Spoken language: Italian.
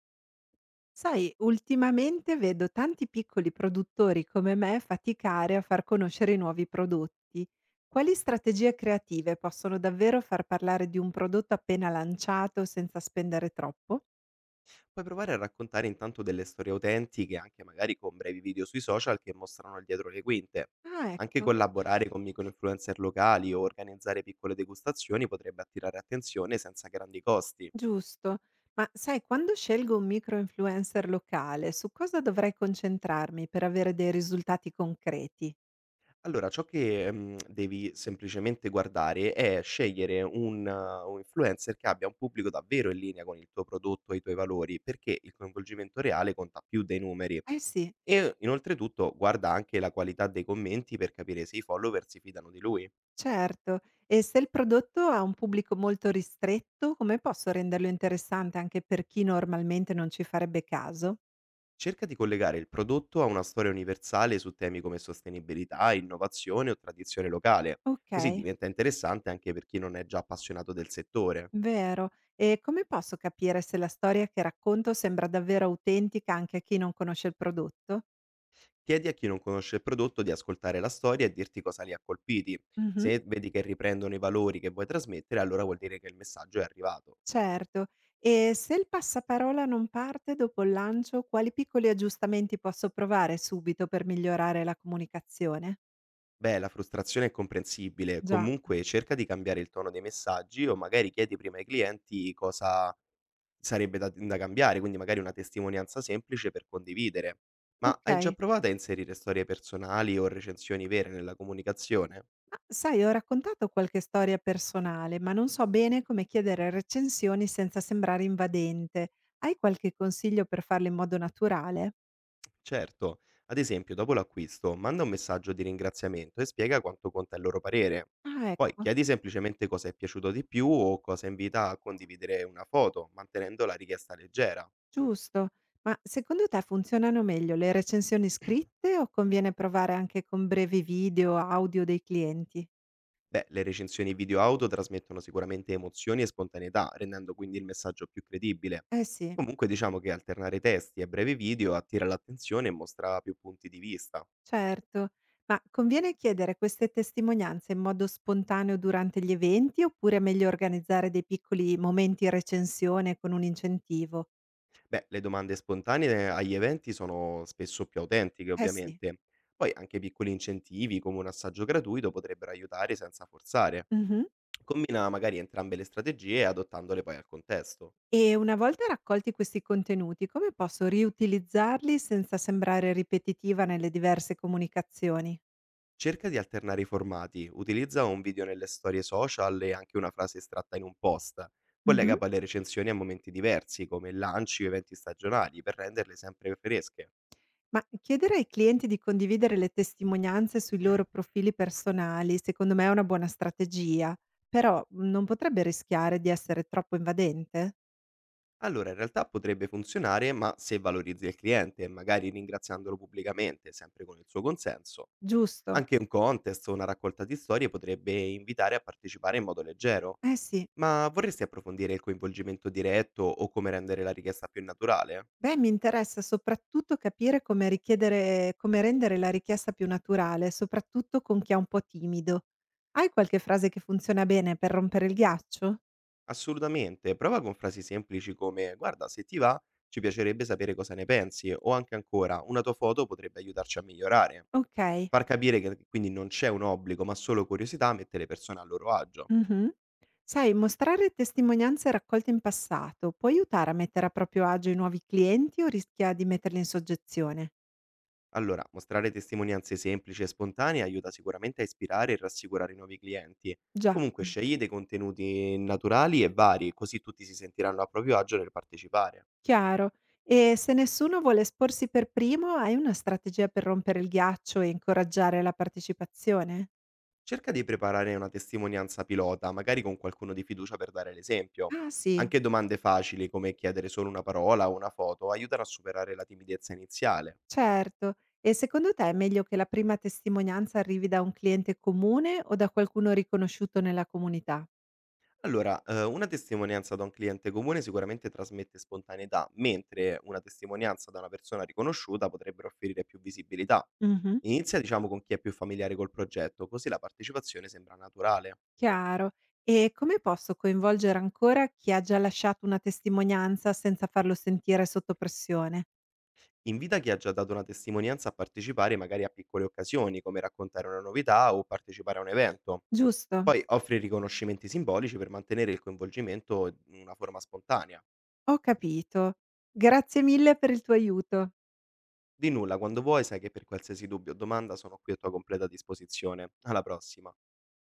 Sai, ultimamente vedo tanti piccoli produttori come me faticare a far conoscere i nuovi prodotti. Quali strategie creative possono davvero far parlare di un prodotto appena lanciato senza spendere troppo? Puoi provare a raccontare intanto delle storie autentiche, anche magari con brevi video sui social che mostrano il dietro le quinte. Ah, Anche ecco, collaborare con microinfluencer locali o organizzare piccole degustazioni potrebbe attirare attenzione senza grandi costi. giusto. Ma sai, quando scelgo un micro-influencer locale, su cosa dovrei concentrarmi per avere dei risultati concreti? Allora, ciò che devi semplicemente guardare è scegliere un influencer che abbia un pubblico davvero in linea con il tuo prodotto e i tuoi valori, perché il coinvolgimento reale conta più dei numeri. Eh sì. E inoltretutto guarda anche la qualità dei commenti per capire se i follower si fidano di lui. Certo, e se il prodotto ha un pubblico molto ristretto, come posso renderlo interessante anche per chi normalmente non ci farebbe caso? Cerca di collegare il prodotto a una storia universale su temi come sostenibilità, innovazione o tradizione locale, Ok, così diventa interessante anche per chi non è già appassionato del settore. vero. E come posso capire se la storia che racconto sembra davvero autentica anche a chi non conosce il prodotto? Chiedi a chi non conosce il prodotto di ascoltare la storia e dirti cosa li ha colpiti. Mhm, Se vedi che riprendono i valori che vuoi trasmettere, allora vuol dire che il messaggio è arrivato. certo. E se il passaparola non parte dopo il lancio, quali piccoli aggiustamenti posso provare subito per migliorare la comunicazione? Beh, la frustrazione è comprensibile, Già, comunque cerca di cambiare il tono dei messaggi o magari chiedi prima ai clienti cosa sarebbe da cambiare, quindi magari una testimonianza semplice per condividere. Ma hai già ok. provato a inserire storie personali o recensioni vere nella comunicazione? Ma sai, ho raccontato qualche storia personale, ma non so bene come chiedere recensioni senza sembrare invadente. Hai qualche consiglio per farlo in modo naturale? Certo, ad esempio, dopo l'acquisto, manda un messaggio di ringraziamento e spiega quanto conta il loro parere. Ah, Poi ecco, chiedi semplicemente cosa è piaciuto di più o cosa invita a condividere una foto, mantenendo la richiesta leggera. giusto. Ma secondo te funzionano meglio le recensioni scritte o conviene provare anche con brevi video, audio dei clienti? Beh, le recensioni video auto trasmettono sicuramente emozioni e spontaneità, rendendo quindi il messaggio più credibile. Eh sì, Comunque diciamo che alternare testi e brevi video attira l'attenzione e mostra più punti di vista. certo. Ma conviene chiedere queste testimonianze in modo spontaneo durante gli eventi oppure è meglio organizzare dei piccoli momenti recensione con un incentivo? Beh, le domande spontanee agli eventi sono spesso più autentiche, Eh sì. ovviamente. Poi anche piccoli incentivi come un assaggio gratuito potrebbero aiutare senza forzare. Mh-mh. Combina magari entrambe le strategie adottandole poi al contesto. E una volta raccolti questi contenuti, come posso riutilizzarli senza sembrare ripetitiva nelle diverse comunicazioni? Cerca di alternare i formati, utilizza un video nelle storie social e anche una frase estratta in un post. Mh-mh. Collega poi le recensioni a momenti diversi, come lanci o eventi stagionali, per renderle sempre fresche. Ma chiedere ai clienti di condividere le testimonianze sui loro profili personali, secondo me è una buona strategia, però non potrebbe rischiare di essere troppo invadente? Allora, in realtà potrebbe funzionare, ma se valorizzi il cliente, magari ringraziandolo pubblicamente, sempre con il suo consenso. Giusto. Anche un contest o una raccolta di storie potrebbe invitare a partecipare in modo leggero. Eh sì. Ma vorresti approfondire il coinvolgimento diretto o come rendere la richiesta più naturale? Beh, mi interessa soprattutto capire come rendere la richiesta più naturale, soprattutto con chi è un po' timido. Hai qualche frase che funziona bene per rompere il ghiaccio? Assolutamente, prova con frasi semplici come guarda, se ti va, ci piacerebbe sapere cosa ne pensi o anche ancora una tua foto potrebbe aiutarci a migliorare. Okay. Far capire che quindi non c'è un obbligo ma solo curiosità mette le persone a loro agio. Mh-mh. Sai, mostrare testimonianze raccolte in passato può aiutare a mettere a proprio agio i nuovi clienti o rischia di metterli in soggezione? Allora, mostrare testimonianze semplici e spontanee aiuta sicuramente a ispirare e rassicurare i nuovi clienti. Già, Comunque scegli dei contenuti naturali e vari, così tutti si sentiranno a proprio agio nel partecipare. chiaro. E se nessuno vuole esporsi per primo, hai una strategia per rompere il ghiaccio e incoraggiare la partecipazione? Cerca di preparare una testimonianza pilota, magari con qualcuno di fiducia per dare l'esempio. Ah, sì. Anche domande facili come chiedere solo una parola o una foto aiutano a superare la timidezza iniziale. Certo. E secondo te è meglio che la prima testimonianza arrivi da un cliente comune o da qualcuno riconosciuto nella comunità? Allora, una testimonianza da un cliente comune sicuramente trasmette spontaneità, mentre una testimonianza da una persona riconosciuta potrebbe offrire più visibilità. Mhm. Inizia, diciamo, con chi è più familiare col progetto, così la partecipazione sembra naturale. Chiaro. E come posso coinvolgere ancora chi ha già lasciato una testimonianza senza farlo sentire sotto pressione? Invita chi ha già dato una testimonianza a partecipare magari a piccole occasioni, come raccontare una novità o partecipare a un evento. Giusto, Poi offri riconoscimenti simbolici per mantenere il coinvolgimento in una forma spontanea. ho capito. Grazie mille per il tuo aiuto. Di nulla, quando vuoi sai che per qualsiasi dubbio o domanda sono qui a tua completa disposizione. Alla prossima.